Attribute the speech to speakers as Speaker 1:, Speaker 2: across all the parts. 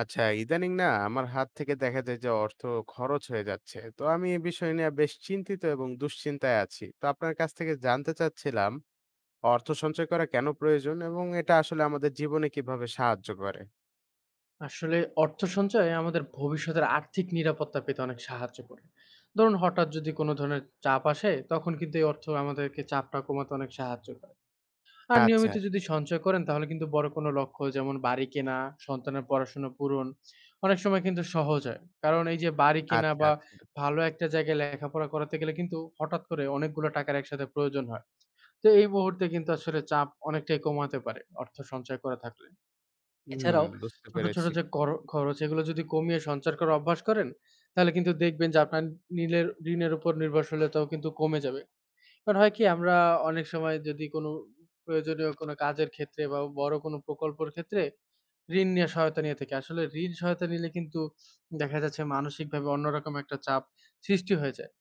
Speaker 1: আচ্ছা, ইদানিং না আমার হাত থেকে দেখা যায় যে অর্থ খরচ হয়ে যাচ্ছে। তো আমি এই বিষয় নিয়ে বেশ চিন্তিত এবং দুশ্চিন্তায় আছি। তো আপনার কাছ থেকে জানতে চাচ্ছিলাম, অর্থ সঞ্চয় করা কেন প্রয়োজন এবং এটা আসলে আমাদের জীবনে কিভাবে সাহায্য করে?
Speaker 2: আসলে অর্থ সঞ্চয় আমাদের ভবিষ্যতের আর্থিক নিরাপত্তা পেতে অনেক সাহায্য করে। ধরুন হঠাৎ যদি কোনো ধরনের চাপ আসে, তখন কিন্তু এই অর্থ আমাদেরকে চাপটা কমাতে অনেক সাহায্য করে। আর
Speaker 1: আচ্ছা,
Speaker 2: নিয়মিত যদি সঞ্চয় করেন, তাহলে কিন্তু বড় কোনো লক্ষ্য যেমন বাড়ি কেনা, সন্তানের পড়াশোনা পূরণ অনেক সময় কিন্তু সহজ হয়। কারণ এই যে বাড়ি কেনা
Speaker 1: আচ্ছা।
Speaker 2: বা
Speaker 1: আচ্ছা।
Speaker 2: ভালো একটা জায়গায় লেখাপড়া করাতে গেলে কিন্তু হঠাৎ করে অনেকগুলো টাকার একসাথে প্রয়োজন হয়। তো এই মুহূর্তে কিন্তু আসলে চাপ অনেকটাই কমাতে পারে অর্থ সঞ্চয় করা থাকলে।
Speaker 1: হুম।
Speaker 2: এছাড়াও
Speaker 1: বুঝতে
Speaker 2: ছোট, ছোট
Speaker 1: পেরেছি।
Speaker 2: যে কর খরচ, এগুলো যদি কমিয়ে সঞ্চার করার অভ্যাস করেন, তাহলে কিন্তু দেখবেন যে আপনার নীলের ঋণের উপর নির্ভরশীলতাও কিন্তু কমে যাবে। কারণ হয় কি, আমরা অনেক সময় যদি কোনো প্রয়োজনীয় কোনো কাজের ক্ষেত্রে বা বড় কোনো প্রকল্পের ক্ষেত্রে ঋণ নিয়ে সহায়তা নিয়ে থাকি। আসলে ঋণ সহায়তা নিলে কিন্তু দেখা যাচ্ছে মানসিকভাবে অন্যরকম একটা চাপ সৃষ্টি হয়ে যায়।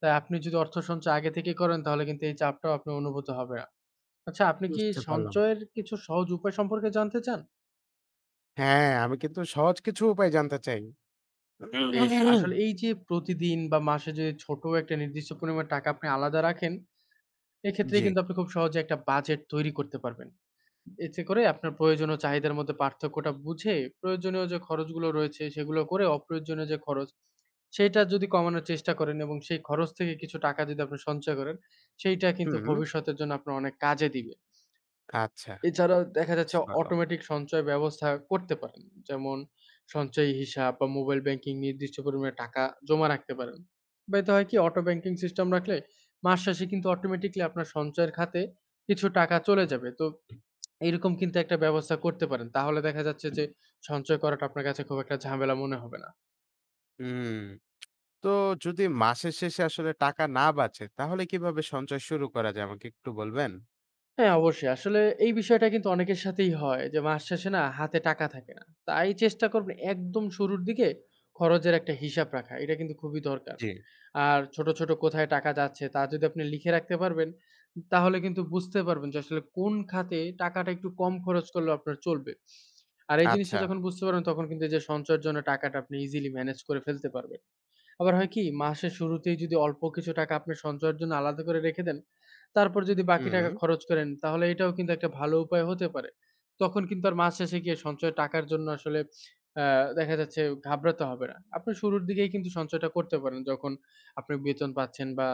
Speaker 2: তাই আপনি যদি অর্থ সঞ্চয় আগে থেকে করেন, তাহলে কিন্তু এই চাপটাও আপনার অনুভূত হবে না। আচ্ছা, আপনি কি
Speaker 1: বুঝতে পারলাম।
Speaker 2: সঞ্চয়ের কিছু সহজ উপায় সম্পর্কে জানতে চান?
Speaker 1: হ্যাঁ, আমি কিন্তু সহজ কিছু উপায় জানতে চাই।
Speaker 2: বেশ। আসলে এই যে প্রতিদিন বা মাসে যে ছোট একটা নির্দিষ্ট পরিমাণ টাকা আপনি আলাদা রাখেন, এক্ষেত্রে
Speaker 1: জি।
Speaker 2: কিন্তু আপনি খুব সহজে একটা বাজেট তৈরি করতে পারবেন। এতে করে আপনার প্রয়োজন ও চাহিদার মধ্যে পার্থক্যটা বুঝে প্রয়োজনীয় যে খরচগুলো রয়েছে সেগুলো করে অপ্রয়োজনীয় যে খরচ, সেটা যদি কমানোর চেষ্টা করেন এবং সেই খরচ থেকে কিছু টাকা যদি আপনি সঞ্চয় করেন, সেইটা কিন্তু
Speaker 1: হুম।
Speaker 2: ভবিষ্যতের জন্য আপনার অনেক কাজে দিবে।
Speaker 1: আচ্ছা।
Speaker 2: এছাড়াও দেখা যাচ্ছে
Speaker 1: বুঝতে পারলাম।
Speaker 2: অটোমেটিক সঞ্চয় ব্যবস্থা করতে পারেন। যেমন সঞ্চয়ী হিসাব বা মোবাইল ব্যাংকিং নির্দিষ্ট পরিমাণে টাকা জমা রাখতে পারেন। বা এতে হয় কি, অটো ব্যাংকিং সিস্টেম রাখলে মাস শেষে কিন্তু অটোমেটিক্যালি আপনার সঞ্চয়ের খাতে কিছু টাকা চলে যাবে। তো এরকম কিন্তু একটা ব্যবস্থা করতে পারেন। তাহলে দেখা যাচ্ছে যে সঞ্চয় করাটা আপনার কাছে খুব একটা ঝামেলা মনে হবে না।
Speaker 1: হুম। তো যদি মাসের শেষে আসলে টাকা না বাঁচে, তাহলে কিভাবে সঞ্চয় শুরু করা যায় আমাকে একটু বলবেন?
Speaker 2: হ্যাঁ, অবশ্যই। আসলে এই বিষয়টা কিন্তু অনেকের সাথেই হয়, যে মাস শেষে না হাতে টাকা থাকে না। তাই চেষ্টা করবেন একদম শুরুর দিকে খরচের একটা হিসাব রাখা। এটা কিন্তু খুবই দরকার।
Speaker 1: জি।
Speaker 2: আর ছোট, ছোট কোথায় টাকা যাচ্ছে তা যদি আপনি লিখে রাখতে পারবেন, তাহলে কিন্তু বুঝতে পারবেন যে আসলে কোন খাতে টাকাটা একটু কম খরচ করলেও আপনার চলবে। আর এই জিনিসটা
Speaker 1: আচ্ছা।
Speaker 2: যখন বুঝতে পারবেন, তখন কিন্তু এই যে সঞ্চয়ের জন্য টাকাটা আপনি ইজিলি ম্যানেজ করে ফেলতে পারবেন। আবার হয় কি? মাসের শুরুতেই যদি অল্প কিছু টাকা আপনি সঞ্চয়ের জন্য আলাদা করে রেখে দেন, তারপর যদি বাকি টাকা
Speaker 1: হুম,
Speaker 2: খরচ করেন, তাহলে এটাও কিন্তু একটা ভালো উপায় হতে পারে। তখন কিন্তু আর মাস শেষে গিয়ে সঞ্চয় টাকার জন্য আসলে আ দেখা যাচ্ছে ঘাবড়াতে হবে না। আপনি শুরুর দিকেই কিন্তু সঞ্চয়টা করতে পারেন, যখন আপনি বেতন পাচ্ছেন বা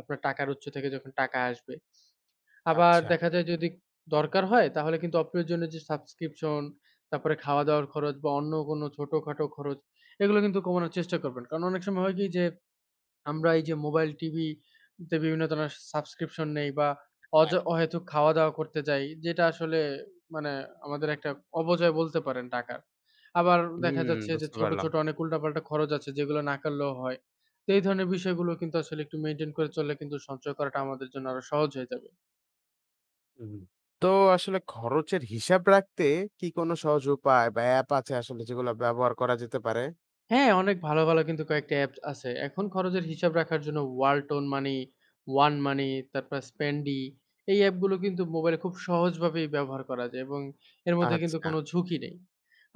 Speaker 2: আপনার টাকার উৎস থেকে যখন টাকা আসবে। আবার
Speaker 1: আচ্ছা।
Speaker 2: দেখা যায় যদি দরকার হয়, তাহলে কিন্তু অপ্রয়োজনীয় যে সাবস্ক্রিপশন, তারপরে খাওয়া-দাওয়ার খরচ বা অন্য কোনো ছোটখাটো খরচ, এগুলো কিন্তু কমানোর চেষ্টা করবেন। কারণ অনেক সময় হয় কি? যে আমরা এই যে মোবাইল, টিভি তে বিভিন্ন ধরনের সাবস্ক্রিপশন নেই বা
Speaker 1: হ্যাঁ।
Speaker 2: অহেতুক খাওয়া-দাওয়া করতে যাই, যেটা আসলে মানে আমাদের একটা অপচয় বলতে পারেন টাকার। আবার দেখা
Speaker 1: হুম,
Speaker 2: যাচ্ছে যে
Speaker 1: বুঝতে
Speaker 2: ছোট,
Speaker 1: পারলাম।
Speaker 2: ছোট অনেক উল্টাপাল্টা খরচ আছে যেগুলো না করলেও হয়। তো এই ধরনের বিষয়গুলো কিন্তু আসলে একটু মেইনটেইন করে চললে কিন্তু সঞ্চয় করাটা আমাদের জন্য আরো সহজ হয়ে যাবে।
Speaker 1: হুম। তো আসলে খরচের হিসাব রাখতে কি কোনো সহজ উপায় বা অ্যাপ আছে আসলে যেগুলো ব্যবহার করা যেতে পারে?
Speaker 2: হ্যাঁ, অনেক ভালো, ভালো কিন্তু কয়েকটা অ্যাপস আছে। এখন খরচের হিসাব রাখার জন্য Walton Money, One Money, তারপর Spendy— এই অ্যাপগুলো কিন্তু মোবাইলে খুব সহজভাবেই ব্যবহার করা যায় এবং এর মধ্যে কিন্তু
Speaker 1: আচ্ছা।
Speaker 2: কোনো ঝুঁকি নেই।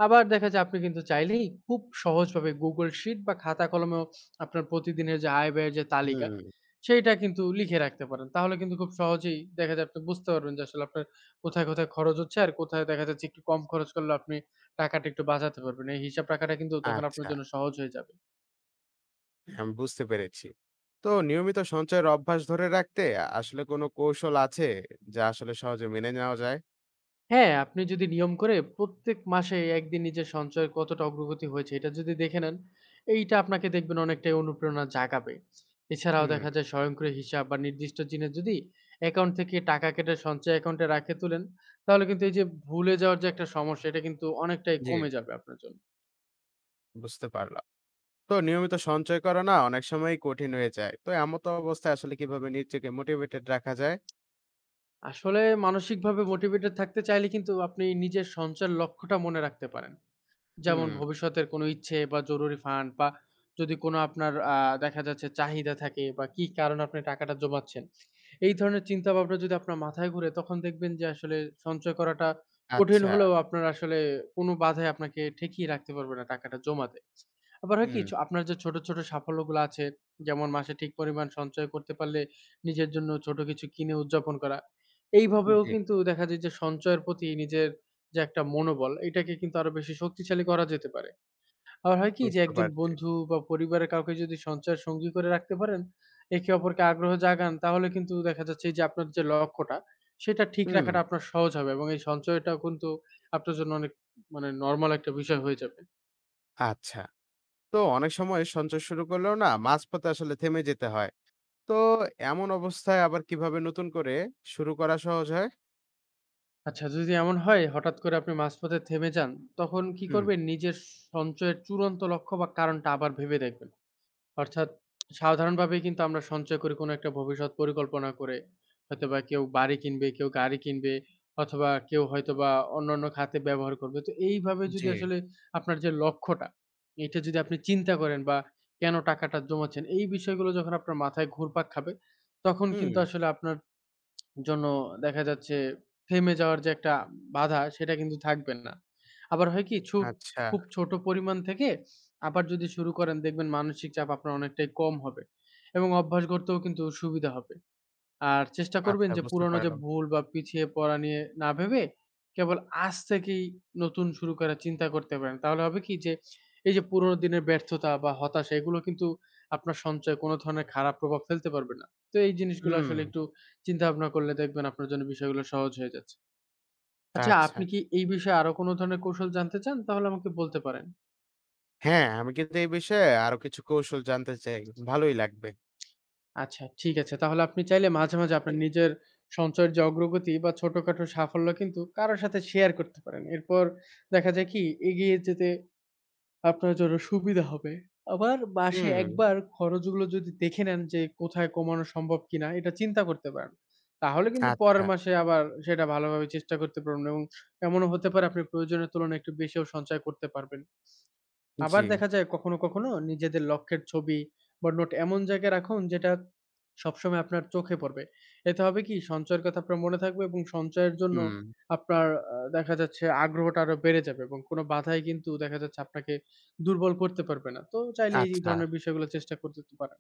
Speaker 2: আবার দেখা যায় আপনি কিন্তু চাইলেই খুব সহজভাবে Google Sheet বা খাতা কলমেও আপনার প্রতিদিনের যে আয় ব্যয়ের যে তালিকা,
Speaker 1: হুম,
Speaker 2: সেইটা কিন্তু লিখে রাখতে পারেন। তাহলে কিন্তু খুব সহজেই দেখা যায় আপনি বুঝতে পারবেন যে আসলে আপনার কোথায়, কোথায় খরচ হচ্ছে আর কোথায় দেখা যাচ্ছে একটু কম খরচ করলে আপনি টাকাটা একটু বাঁচাতে পারবেন। এই হিসাব রাখাটা কিন্তু তখন
Speaker 1: আচ্ছা।
Speaker 2: আপনার জন্য সহজ হয়ে যাবে।
Speaker 1: আমি বুঝতে পেরেছি। তো নিয়মিত সঞ্চয়ের অভ্যাস ধরে রাখতে আসলে কোনো কৌশল আছে যা আসলে সহজে মেনে নেওয়া যায়?
Speaker 2: হ্যাঁ, আপনি যদি নিয়ম করে প্রত্যেক মাসে একদিন নিজের সঞ্চয়ের কতটা অগ্রগতি হয়েছে এটা যদি দেখে নেন, এইটা আপনাকে দেখবেন অনেকটাই অনুপ্রেরণা জাগাবে। এছাড়াও
Speaker 1: হুম,
Speaker 2: দেখা যায় স্বয়ংক্রিয় হিসাব বা নির্দিষ্ট দিনে যদি অ্যাকাউন্ট থেকে টাকা কেটে সঞ্চয় অ্যাকাউন্টে রাখে তুলেন, তাহলে কিন্তু এই যে ভুলে যাওয়ার যে একটা সমস্যা, এটা কিন্তু অনেকটাই
Speaker 1: জি,
Speaker 2: কমে যাবে আপনার জন্য।
Speaker 1: বুঝতে পারলাম। তো নিয়মিত সঞ্চয় করা না অনেক সময়ই কঠিন হয়ে যায়। তো এমত অবস্থায় আসলে কিভাবে নিজেকে মোটিভেটেড রাখা যায়?
Speaker 2: আসলে মানসিকভাবে মোটিভেটেড থাকতে চাইলে কিন্তু আপনি নিজের সঞ্চয়ের লক্ষ্যটা মনে রাখতে পারেন। যেমন
Speaker 1: হুম,
Speaker 2: ভবিষ্যতের কোনো ইচ্ছে বা জরুরি ফান্ড বা যদি কোনো আপনার দেখা যাচ্ছে চাহিদা থাকে বা কি কারণে আপনি টাকাটা জমাচ্ছেন। এই ধরনের চিন্তাভাবনা যদি আপনার মাথায় ঘুরে, তখন দেখবেন যে আসলে সঞ্চয় করাটা কঠিন
Speaker 1: আচ্ছা।
Speaker 2: হলেও আপনার আসলে কোনো বাধাই আপনাকে ঠেকিয়ে রাখতে পারবে না টাকাটা জমাতে। আবার হয় কি,
Speaker 1: হুম,
Speaker 2: আপনার যে ছোট, ছোট সাফল্যগুলো আছে, যেমন মাসে ঠিক পরিমাণ সঞ্চয় করতে পারলে নিজের জন্য ছোট কিছু কিনে উদযাপন করা। এইভাবেও
Speaker 1: জি,
Speaker 2: কিন্তু দেখা যায় যে সঞ্চয়ের প্রতি নিজের যে একটা মনোবল, এটাকে কিন্তু আরো বেশি শক্তিশালী করা যেতে পারে। আবার হয় কি, যে
Speaker 1: বুঝতে
Speaker 2: একজন
Speaker 1: পারছি।
Speaker 2: বন্ধু বা পরিবারের কাউকে যদি সঞ্চয়ের সঙ্গী করে রাখতে পারেন, একে অপরকে আগ্রহ জাগান, তাহলে কিন্তু দেখা যাচ্ছে এই যে আপনার যে লক্ষ্যটা, সেটা ঠিক
Speaker 1: হুম,
Speaker 2: রাখাটা আপনার সহজ হবে এবং এই সঞ্চয়টা কিন্তু আপনার জন্য অনেক মানে নরমাল একটা বিষয় হয়ে যাবে।
Speaker 1: আচ্ছা। তো অনেক সময় সঞ্চয় শুরু করলেও না মাঝপথে আসলে থেমে যেতে হয়। তো এমন অবস্থায় আবার কিভাবে নতুন করে শুরু করা সহজ হয়?
Speaker 2: আচ্ছা, যদি এমন হয় হঠাৎ করে আপনি মাঝপথে থেমে যান, তখন কি
Speaker 1: হুম,
Speaker 2: করবেন? নিজের সঞ্চয়ের চূড়ান্ত লক্ষ্য বা কারণটা আবার ভেবে দেখবেন। অর্থাৎ সাধারণভাবেই কিন্তু আমরা সঞ্চয় করে কোনো একটা ভবিষ্যৎ পরিকল্পনা করে হয়তোবা কেউ বাড়ি কিনবে, কেউ গাড়ি কিনবে, অথবা কেউ হয়তোবা অন্যান্য খাতে ব্যবহার করবে। তো এইভাবে
Speaker 1: জি।
Speaker 2: যদি আসলে আপনার যে লক্ষ্যটা, এটা যদি আপনি চিন্তা করেন বা কেন টাকাটা জমাচ্ছেন, এই বিষয়গুলো যখন আপনার মাথায় ঘুরপাক খাবে, তখন
Speaker 1: হুম,
Speaker 2: কিন্তু আসলে আপনার জন্য দেখা যাচ্ছে থেমে যাওয়ার যে একটা বাধা, সেটা কিন্তু থাকবে না। আবার হয় কি,
Speaker 1: আচ্ছা,
Speaker 2: খুব ছোট পরিমাণ থেকে আবার যদি শুরু করেন, দেখবেন মানসিক চাপ আপনার অনেকটাই কম হবে এবং অভ্যাস গড়তেও কিন্তু সুবিধা হবে। আর চেষ্টা করবেন
Speaker 1: আচ্ছা,
Speaker 2: যে
Speaker 1: বুঝতে
Speaker 2: পুরনো যে
Speaker 1: পারলাম।
Speaker 2: ভুল বা পিছিয়ে পড়া নিয়ে না ভেবে কেবল আজ থেকেই নতুন শুরু করার চিন্তা করতে পারেন। তাহলে হবে কি, যে এই যে পুরনো দিনের ব্যর্থতা বা হতাশা, এগুলো কিন্তু আপনার সঞ্চয়ে কোনো ধরনের খারাপ প্রভাব ফেলতে পারবে না। তো এই জিনিসগুলো
Speaker 1: হুম,
Speaker 2: আসলে একটু চিন্তা ভাবনা করলে দেখবেন আপনার জন্য বিষয়গুলো সহজ হয়ে যাচ্ছে। আচ্ছা,
Speaker 1: আচ্ছা।
Speaker 2: আপনি কি এই বিষয়ে আরো কোনো ধরনের কৌশল জানতে চান? তাহলে আমাকে বলতে পারেন।
Speaker 1: হ্যাঁ, আমি কিন্তু এই বিষয়ে আরো কিছু কৌশল জানতে চাই। ভালোই লাগবে।
Speaker 2: আচ্ছা, ঠিক আছে। তাহলে আপনি চাইলে মাঝে, মাঝে আপনার নিজের সঞ্চয়ের যে অগ্রগতি বা ছোটখাটো সাফল্য কিন্তু কারো সাথে শেয়ার করতে পারেন। এরপর দেখা যায় কি, এগিয়ে যেতে আপনার জন্য সুবিধা হবে। আবার মাসে
Speaker 1: হুম,
Speaker 2: একবার খরচগুলো যদি দেখে নেন যে কোথায় কমানো সম্ভব কিনা, এটা চিন্তা করতে পারেন। তাহলে কিন্তু
Speaker 1: আচ্ছা,
Speaker 2: পরের মাসে আবার সেটা ভালোভাবে চেষ্টা করতে পারবেন এবং এমনও হতে পারে আপনি প্রয়োজনের তুলনায় একটু বেশিও সঞ্চয় করতে পারবেন।
Speaker 1: জি।
Speaker 2: আবার দেখা যায় কখনো, কখনো নিজেদের লক্ষ্যের ছবি বা নোট এমন জায়গায় রাখুন যেটা সবসময় আপনার চোখে পড়বে। এতে হবে কি, সঞ্চয়ের কথা আপনার মনে থাকবে এবং সঞ্চয়ের জন্য
Speaker 1: হুম,
Speaker 2: আপনার দেখা যাচ্ছে আগ্রহটা আরো বেড়ে যাবে এবং কোনো বাধাই কিন্তু দেখা যাচ্ছে আপনাকে দুর্বল করতে পারবে না। তো চাইলে এই
Speaker 1: আচ্ছা।
Speaker 2: ধরনের বিষয়গুলো চেষ্টা করতে তো পারেন।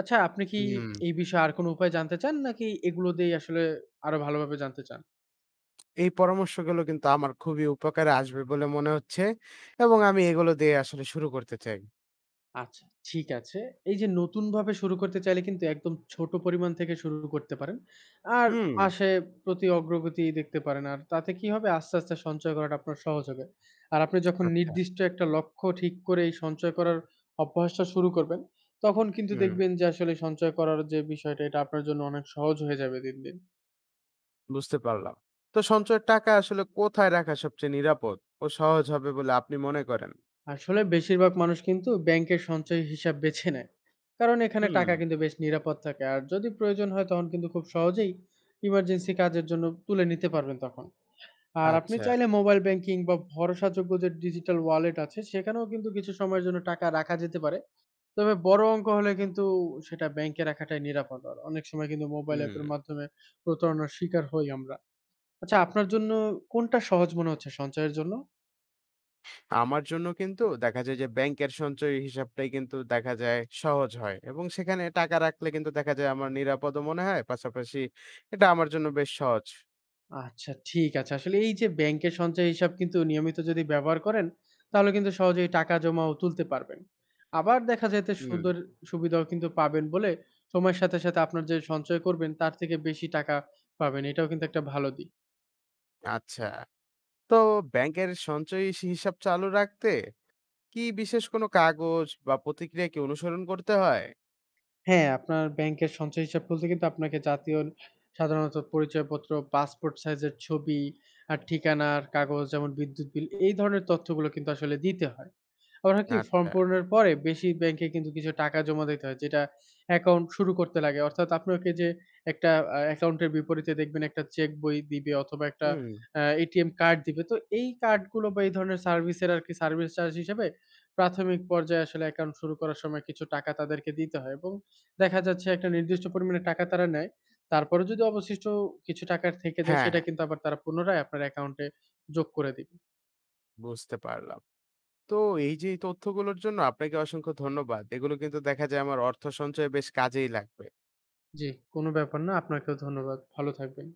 Speaker 2: আচ্ছা, আপনি কি
Speaker 1: হুম।
Speaker 2: এই বিষয়ে আর কোনো উপায় জানতে চান, নাকি এগুলো দিয়েই আসলে আরো ভালোভাবে জানতে চান?
Speaker 1: এই পরামর্শগুলো কিন্তু আমার খুবই উপকারে আসবে বলে মনে হচ্ছে এবং আমি এগুলো দিয়ে আসলে শুরু করতে চাই।
Speaker 2: আচ্ছা, ঠিক আছে। এই যে নতুনভাবে শুরু করতে চাইলে কিন্তু একদম ছোট পরিমাণ থেকে শুরু করতে পারেন। আর
Speaker 1: হুম,
Speaker 2: মাসে প্রতি অগ্রগতি দেখতে পারেন। আর তাতে কি হবে? আস্তে, আস্তে সঞ্চয় করাটা আপনার সহজ হবে। আর আপনি যখন
Speaker 1: আচ্ছা।
Speaker 2: নির্দিষ্ট একটা লক্ষ্য ঠিক করে এই সঞ্চয় করার অভ্যাসটা শুরু করবেন, তখন কিন্তু
Speaker 1: হুম,
Speaker 2: দেখবেন যে আসলে সঞ্চয় করার যে বিষয়টা, এটা আপনার জন্য অনেক সহজ হয়ে যাবে দিন, দিন।
Speaker 1: বুঝতে পারলাম। তো সঞ্চয়ের টাকা আসলে কোথায় রাখা সবচেয়ে নিরাপদ ও সহজ হবে বলে আপনি মনে করেন?
Speaker 2: আসলে বেশিরভাগ মানুষ কিন্তু ব্যাংকের সঞ্চয় হিসাব বেছে নেয়, কারণ এখানে
Speaker 1: হুম,
Speaker 2: টাকা কিন্তু বেশ নিরাপদ থাকে। আর যদি প্রয়োজন হয়, তখন কিন্তু খুব সহজেই ইমার্জেন্সি কাজের জন্য তুলে নিতে পারবেন তখন। আর আপনি
Speaker 1: আচ্ছা।
Speaker 2: চাইলে মোবাইল ব্যাংকিং বা ভরসাযোগ্য যে ডিজিটাল ওয়ালেট আছে, সেখানেও কিন্তু কিছু সময়ের জন্য টাকা রাখা যেতে পারে। তবে বড় অঙ্ক হলে কিন্তু সেটা ব্যাংকে রাখাটাই নিরাপদ। আর অনেক সময় কিন্তু মোবাইল অ্যাপের
Speaker 1: হুম,
Speaker 2: মাধ্যমে প্রতারণার শিকার হই আমরা। আচ্ছা, আপনার জন্য কোনটা সহজ মনে হচ্ছে সঞ্চয়ের জন্য?
Speaker 1: আমার জন্য কিন্তু দেখা যায় যে ব্যাংকের সঞ্চয়ী হিসাবটাই কিন্তু দেখা যায় সহজ হয় এবং সেখানে টাকা রাখলে কিন্তু দেখা যায় আমার নিরাপদও মনে হয়। পাশাপাশি এটা আমার জন্য বেশ সহজ।
Speaker 2: আচ্ছা, ঠিক আছে। আসলে এই যে ব্যাংকের সঞ্চয় হিসাব কিন্তু নিয়মিত যদি ব্যবহার করেন, তাহলে কিন্তু সহজেই টাকা জমাও তুলতে পারবেন। আবার দেখা যায় যে
Speaker 1: হুম,
Speaker 2: সুন্দর সুবিধাও কিন্তু পাবেন বলে সময়ের সাথে, সাথে আপনার যে সঞ্চয় করবেন তার থেকে বেশি টাকা পাবেন। এটাও কিন্তু একটা ভালো দিক।
Speaker 1: আচ্ছা। তো ব্যাংকের সঞ্চয়ী হিসাব চালু রাখতে কি বিশেষ কোনো কাগজ বা প্রতিক্রিয়া কি অনুসরণ করতে হয়?
Speaker 2: হ্যাঁ, আপনার ব্যাংকের সঞ্চয় হিসাব খুলতে কিন্তু আপনাকে জাতীয় সাধারণত পরিচয়পত্র, পাসপোর্ট সাইজের ছবি আর ঠিকানার কাগজ যেমন বিদ্যুৎ বিল— এই ধরনের তথ্যগুলো কিন্তু আসলে দিতে হয়। আমরা কি ফর্ম
Speaker 1: আচ্ছা।
Speaker 2: পূরণের পরে বেশি ব্যাংকে কিন্তু কিছু টাকা জমা দিতে হয়, যেটা অ্যাকাউন্ট শুরু করতে লাগে। অর্থাৎ আপনাকে যে একটা অ্যাকাউন্টের বিপরীতে দেখবেন একটা চেক বই দিবে অথবা একটা
Speaker 1: হুম।
Speaker 2: এটিএম কার্ড দিবে। তো এই কার্ডগুলো বা এই ধরনের সার্ভিসের আরকি সার্ভিস চার্জ হিসেবে প্রাথমিক পর্যায়ে আসলে অ্যাকাউন্ট শুরু করার সময় কিছু টাকা তাদেরকে দিতে হয় এবং দেখা যাচ্ছে একটা নির্দিষ্ট পরিমাণে টাকা তারা নেয়। তারপরেও যদি অবশিষ্ট কিছু টাকা থেকে যায়,
Speaker 1: হ্যাঁ,
Speaker 2: সেটা কিন্তু আবার তারা পুনরায় আপনার অ্যাকাউন্টে যোগ করে দিবে।
Speaker 1: বুঝতে পারলাম। তো এই যে এই তথ্যগুলোর জন্য আপনাকে অসংখ্য ধন্যবাদ, এগুলো কিন্তু দেখা যায় আমার অর্থ সঞ্চয়ে বেশ কাজেই লাগবে।
Speaker 2: জি, কোনো ব্যাপার না। আপনাকেও ধন্যবাদ। ভালো থাকবেন।